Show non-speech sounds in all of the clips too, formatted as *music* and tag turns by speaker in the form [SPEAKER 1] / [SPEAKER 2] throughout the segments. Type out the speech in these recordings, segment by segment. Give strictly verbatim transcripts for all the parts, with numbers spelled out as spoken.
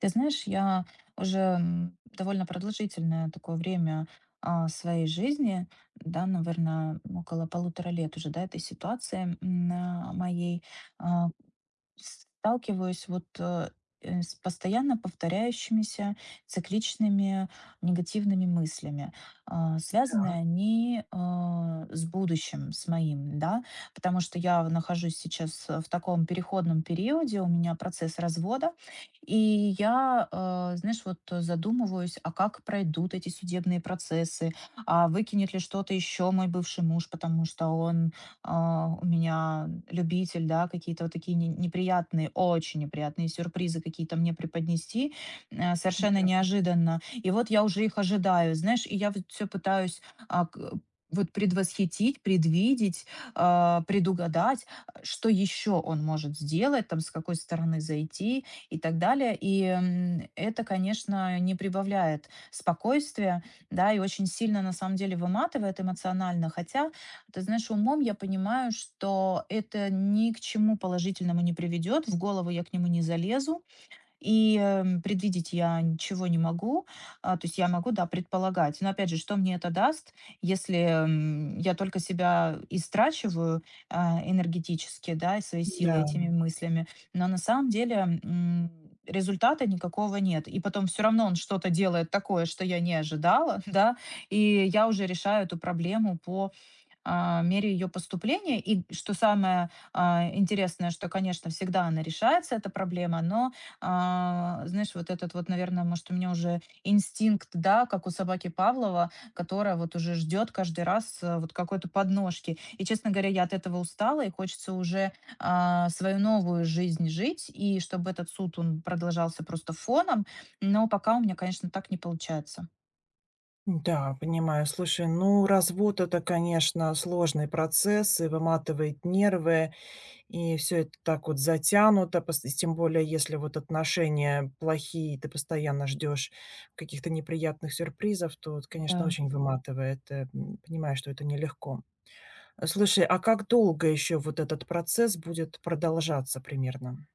[SPEAKER 1] Ты знаешь, я уже м, довольно продолжительное такое время а, своей жизни, да, наверное, около полутора лет уже, да, этой ситуации м, на моей, а, Сталкиваюсь вот, э, э, с постоянно повторяющимися цикличными негативными мыслями. А, связаны они, а, с будущим, с моим, да, потому что я нахожусь сейчас, э, в таком переходном периоде, у меня процесс развода, и я, э, знаешь, вот э, задумываюсь, а как пройдут эти судебные процессы, а выкинет ли что-то еще мой бывший муж, потому что он, а, у меня любитель, да, какие-то вот такие не- неприятные, очень неприятные сюрпризы какие-то мне преподнести, э,
[SPEAKER 2] Да,
[SPEAKER 1] совершенно неожиданно. И вот я уже их ожидаю, знаешь, и я вот все пытаюсь а, к- вот предвосхитить, предвидеть, а, предугадать, что еще он может сделать, там, с какой стороны зайти и так далее. И м, это, конечно, не прибавляет спокойствия, да, и очень сильно, на самом деле, выматывает эмоционально, хотя ты знаешь, умом я понимаю, что это ни к чему положительному не приведет, в голову я к нему не залезу, и эм, предвидеть я ничего не могу. А, то есть я могу, да, предполагать. Но опять же, что мне это даст, если м, я только себя истрачиваю а, энергетически, да, и свои силы
[SPEAKER 2] да,
[SPEAKER 1] этими мыслями. Но на самом деле м, результата никакого нет. И потом все равно он что-то делает такое, что я не ожидала, *laughs* да, и я уже решаю эту проблему по а, мере ее поступления. И что самое а, интересное, что, конечно, всегда она решается, эта проблема, но, а, знаешь, вот этот вот, наверное, может, у меня уже инстинкт, да, как у собаки Павлова, которая вот уже ждет каждый раз э, вот какой-то подножки. И, честно говоря, я от этого устала, и хочется уже а, свою новую жизнь жить, и чтобы этот суд, он продолжался просто фоном, но пока у меня, конечно, так не получается.
[SPEAKER 2] да, понимаю. Слушай, ну, развод- это, конечно, сложный процесс и выматывает нервы, и все это так вот затянуто, пос и тем более, если вот отношения плохие, ты постоянно ждешь каких-то неприятных сюрпризов, то это, конечно,
[SPEAKER 1] Да.
[SPEAKER 2] очень выматывает. Э, м, понимаю, что это нелегко. Э, слушай, а как долго еще вот этот процесс будет продолжаться примерно?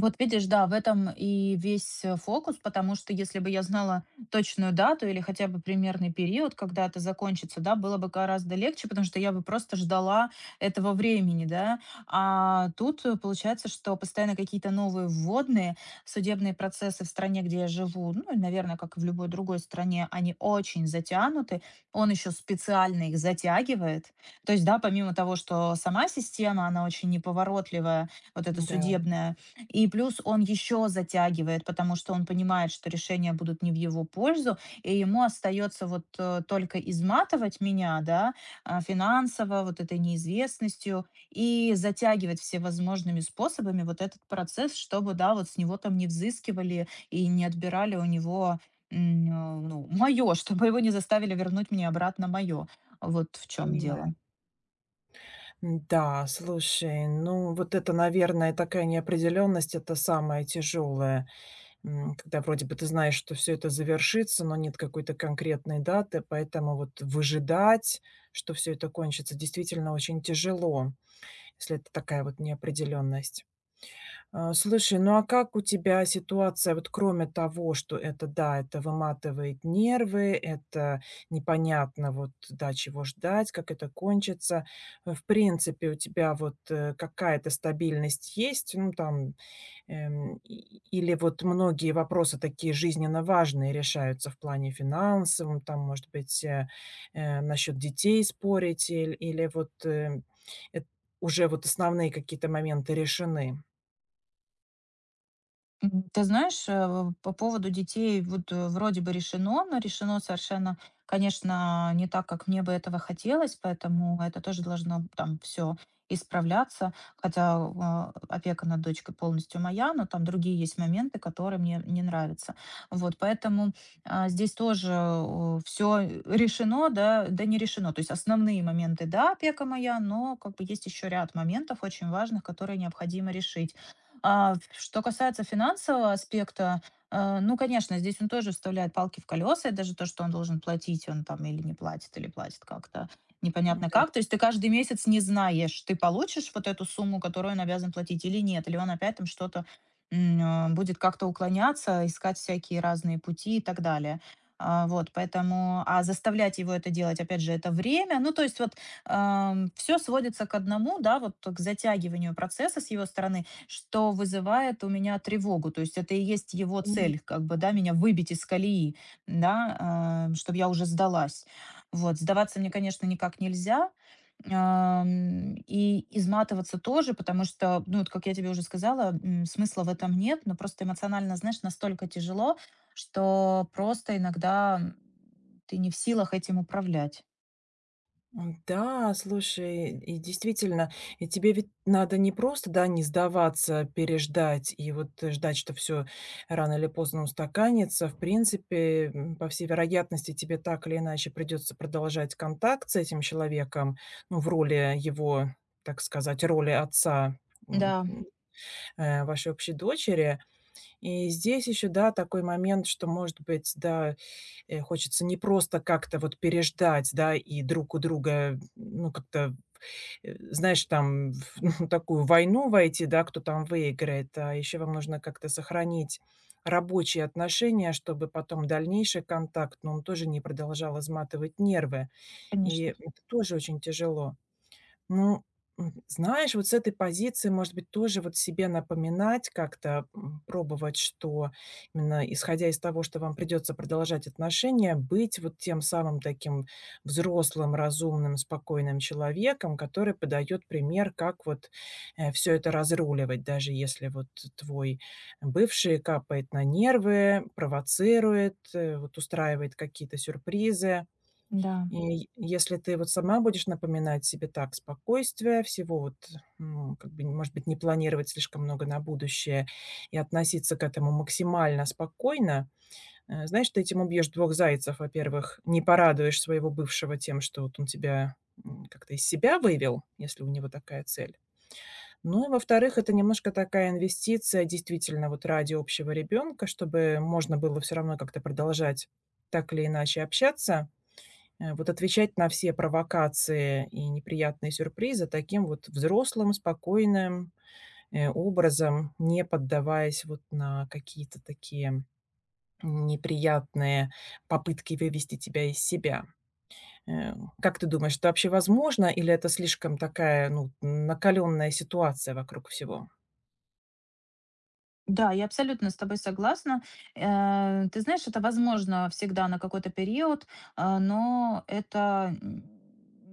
[SPEAKER 1] Вот видишь, да, в этом и весь э, фокус, потому что если бы я знала точную дату или хотя бы примерный период, когда это закончится, да, было бы гораздо легче, потому что я бы просто ждала этого времени, да. А тут э, получается, что постоянно какие-то новые вводные, судебные процессы в стране, где я живу, ну, наверное, как и в любой другой стране, они очень затянуты. Он еще специально их затягивает. То есть, да, помимо того, что сама система, она очень неповоротливая, вот эта
[SPEAKER 2] Да,
[SPEAKER 1] судебная, и плюс он еще затягивает, потому что он понимает, что решения будут не в его пользу, и ему остается вот э, только изматывать меня, да, а, финансово, вот этой неизвестностью, и затягивать всевозможными способами вот этот процесс, чтобы, да, вот с него там не взыскивали и не отбирали у него м, э, ну, мое, *laughs* чтобы его не заставили вернуть мне обратно мое. Вот в чем
[SPEAKER 2] понимаю.
[SPEAKER 1] дело.
[SPEAKER 2] Да, слушай, ну вот это, наверное, такая неопределенность, это самое тяжелое, м, когда вроде бы ты знаешь, что все это завершится, но нет какой-то конкретной даты, поэтому вот выжидать, что все это кончится, действительно очень тяжело, если это такая вот неопределенность. А, слушай, ну, а как у тебя ситуация, вот кроме того, что это, да, это выматывает нервы, это непонятно вот, да, чего ждать, как это кончится. Э, в принципе, у тебя вот, э, какая-то стабильность есть? Ну, там, эм, и или вот многие вопросы такие жизненно важные решаются в плане финансовом, там, может быть, э, э, насчет детей спорить или или вот, э, эт уже вот основные какие-то моменты решены?
[SPEAKER 1] М, Ты знаешь, э, по поводу детей вот э, вроде бы решено, но решено совершенно, конечно, не так, как мне бы этого хотелось, поэтому это тоже должно там все исправляться, хотя а, опека над дочкой полностью моя, но там другие есть моменты, которые мне не нравятся. Вот, поэтому а, здесь тоже все решено, да, да не решено. То есть основные моменты, да, опека моя, но как бы есть еще ряд моментов очень важных, которые необходимо решить. А, в- что касается финансового аспекта, э, ну, конечно, здесь он тоже вставляет палки в колеса, и даже то, что он должен платить, он там или не платит, или платит как-то непонятно как. То есть ты каждый месяц не знаешь, ты получишь вот эту сумму, которую он обязан платить или нет, или он опять там что-то м, а, будет как-то уклоняться, искать всякие разные пути и так далее. А, Вот, поэтому, а заставлять его это делать, опять же, это время. Ну, то есть вот все сводится к одному, да, вот к затягиванию процесса с его стороны, что вызывает у меня тревогу. То есть это и есть его
[SPEAKER 2] Ним
[SPEAKER 1] цель, как бы, да, меня выбить из колеи, да, чтобы я уже сдалась. Вот, сдаваться мне, конечно, никак нельзя, ам, и изматываться тоже, потому что, ну, вот как я тебе уже сказала, м, смысла в этом нет, но просто эмоционально, знаешь, настолько тяжело, что просто иногда м, ты не в силах этим управлять.
[SPEAKER 2] м, да, слушай, и действительно, и тебе ведь надо не просто, да, не сдаваться, переждать и вот э, ждать, что все рано или поздно устаканится. В принципе, м, по всей вероятности, тебе так или иначе придется продолжать контакт с этим человеком, ну, в роли его, так сказать, роли отца, м,
[SPEAKER 1] Да,
[SPEAKER 2] э, вашей общей дочери. И здесь еще, да, такой момент, что, может быть, да, Э, хочется не просто как-то вот переждать, да, и друг у друга, ну, как-то, э, знаешь, там в *laughs* ну, такую войну войти, да, кто там выиграет, а еще вам нужно как-то сохранить рабочие отношения, чтобы потом дальнейший контакт, но он тоже не продолжал изматывать нервы. И
[SPEAKER 1] конечно,
[SPEAKER 2] это тоже очень тяжело. Ну, м, знаешь, вот с этой позиции, может быть, тоже вот себе напоминать как-то, м, пробовать, что именно исходя из того, что вам придется продолжать отношения, быть вот тем самым таким взрослым, разумным, спокойным человеком, который подает пример, как вот все это разруливать, даже если вот твой бывший капает на нервы, провоцирует, э, вот устраивает какие-то сюрпризы.
[SPEAKER 1] да.
[SPEAKER 2] И если ты вот сама будешь напоминать себе так: спокойствие, всего вот, ну, как бы, может быть, не планировать слишком много на будущее и относиться к этому максимально спокойно. Э, знаешь, ты этим убьешь двух зайцев. Во-первых, не порадуешь своего бывшего тем, что вот он тебя, м, как-то из себя вывел, если у него такая цель. Ну и, во-вторых, это немножко такая инвестиция действительно вот ради общего ребенка, чтобы можно было все равно как-то продолжать так или иначе общаться. Э, вот отвечать на все провокации и неприятные сюрпризы таким вот взрослым, спокойным, э, образом, не поддаваясь вот на какие-то такие неприятные попытки вывести тебя из себя. Э, как ты думаешь, это вообще возможно или это слишком такая, ну, накаленная ситуация вокруг всего?
[SPEAKER 1] Да, я абсолютно с тобой согласна. Э, ты знаешь, это возможно всегда на какой-то период, а, но это н-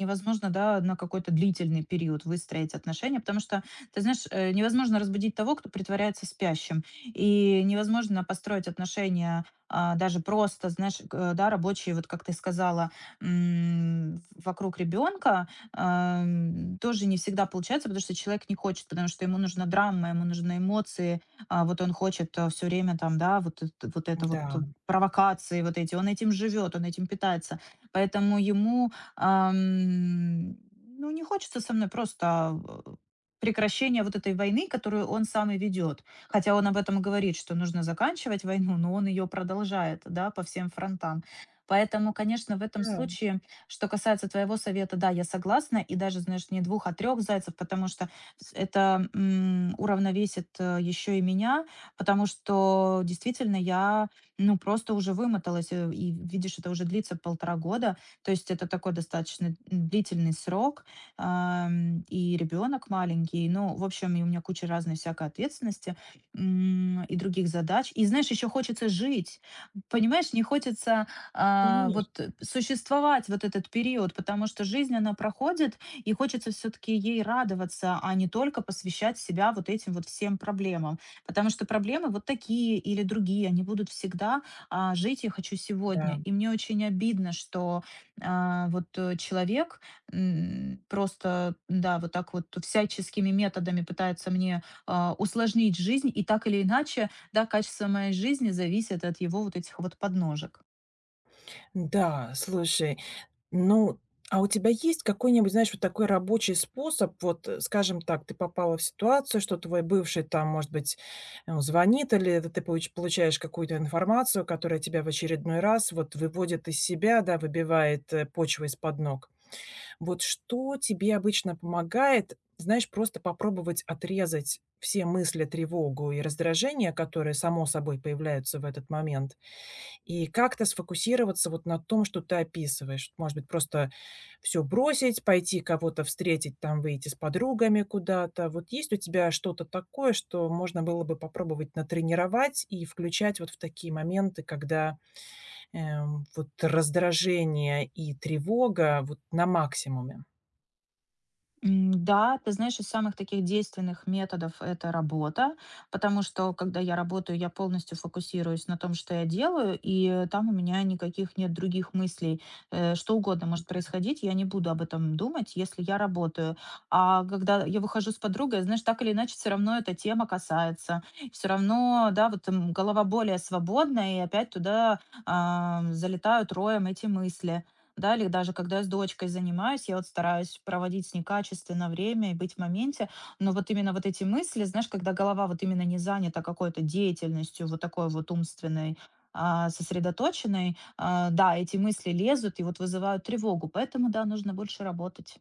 [SPEAKER 1] невозможно, да, на какой-то длительный период выстроить отношения, потому что, ты знаешь, э, невозможно разбудить того, кто притворяется спящим, и невозможно построить отношения а, даже просто, знаешь, к- э, да, рабочие, вот как ты сказала, м, вокруг ребенка, ам, тоже не всегда получается, потому что человек не хочет, потому что ему нужна драма, ему нужны эмоции, а, вот он хочет, э, всё время там, да, вот это вот это вот
[SPEAKER 2] Да,
[SPEAKER 1] э, провокации вот эти. Он этим живет, он этим питается. Поэтому ему, ам, ну, не хочется со мной просто, э, прекращения вот этой войны, которую он сам и ведет. Хотя он об этом говорит, что нужно заканчивать войну, но он ее продолжает, да, по всем фронтам. Поэтому, конечно, в этом
[SPEAKER 2] да,
[SPEAKER 1] случае, что касается твоего совета, да, я согласна. И даже, знаешь, не двух, а трех зайцев, потому что с это, м, уравновесит, э, еще и меня, потому что действительно я, ну, просто уже вымоталась. Э, и видишь, это уже длится полтора года. То есть это такой достаточно, длительный срок. Ам, и ребенок маленький. Ну, в общем, и у меня куча разной всякой ответственности, м, и других задач. И знаешь, еще хочется жить. Понимаешь, не хочется, а,
[SPEAKER 2] конечно,
[SPEAKER 1] вот, э, существовать вот этот период, потому что жизнь, она проходит, и хочется все-таки ей радоваться, а не только посвящать себя вот этим вот всем проблемам. Потому что проблемы вот такие или другие, они будут всегда. А жить я хочу сегодня.
[SPEAKER 2] да.
[SPEAKER 1] И мне очень обидно, что а, вот э, человек м, просто, да, вот так вот всяческими методами пытается мне а, усложнить жизнь, и так или иначе, да, качество моей жизни зависит от его вот этих вот подножек.
[SPEAKER 2] Да, слушай, ну, а у тебя есть какой-нибудь, знаешь, вот такой рабочий способ? Вот, э, скажем так, ты попала в ситуацию, что твой бывший там, может быть, э, звонит, или это ты получ- получаешь какую-то информацию, которая тебя в очередной раз вот выводит из себя, да, выбивает э, почву из-под ног. Вот что тебе обычно помогает, знаешь, просто попробовать отрезать все мысли, тревогу и раздражение, которые само собой появляются в этот момент, и как-то сфокусироваться вот на том, что ты описываешь. Вот, может быть, просто все бросить, пойти кого-то встретить, там, выйти с подругами куда-то. Вот есть у тебя что-то такое, что можно было бы попробовать натренировать и включать вот в такие моменты, когда, эм, вот раздражение и тревога вот на максимуме?
[SPEAKER 1] М, Да, ты знаешь, из самых таких действенных методов это работа, потому что когда я работаю, я полностью фокусируюсь на том, что я делаю, и э, там у меня никаких нет других мыслей. Э, Что угодно может происходить, я не буду об этом думать, если я работаю. А когда я выхожу с подругой, знаешь, так или иначе, все равно эта тема касается. Все равно, да, вот м, голова более свободная, и опять туда а, залетают роем эти мысли. Да, или даже когда я с дочкой занимаюсь, я вот стараюсь проводить с ней качественно время и быть в моменте. Но вот именно вот эти мысли, знаешь, когда голова вот именно не занята какой-то деятельностью, вот такой вот умственной, а, сосредоточенной, а, да, эти мысли лезут и вот вызывают тревогу. Поэтому, да, нужно больше работать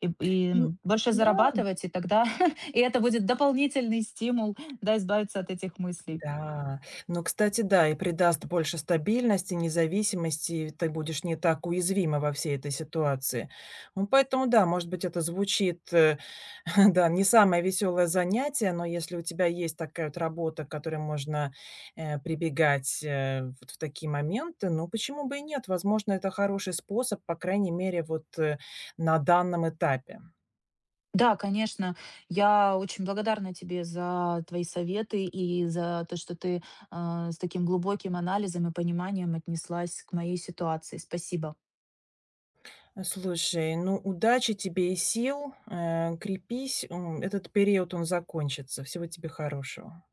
[SPEAKER 1] и, и
[SPEAKER 2] Ну
[SPEAKER 1] больше
[SPEAKER 2] да,
[SPEAKER 1] зарабатывать, и тогда *laughs* и это будет дополнительный стимул, да, избавиться от этих мыслей.
[SPEAKER 2] да. Но, кстати, да, и придаст больше стабильности, независимости, и ты будешь не так уязвима во всей этой ситуации. Ну, поэтому, да, может быть, это звучит, э, *laughs* да, не самое веселое занятие, но если у тебя есть такая вот работа, к которой можно э, прибегать э, вот в такие моменты, ну, почему бы и нет? Возможно, это хороший способ, по крайней мере, вот э, на данном этапе.
[SPEAKER 1] Да, конечно. Я очень благодарна тебе за твои советы и за то, что ты, а, с таким глубоким анализом и пониманием отнеслась к моей ситуации. Спасибо.
[SPEAKER 2] Слушай, ну, удачи тебе и сил, э, крепись, м, этот период, он закончится. Всего тебе хорошего.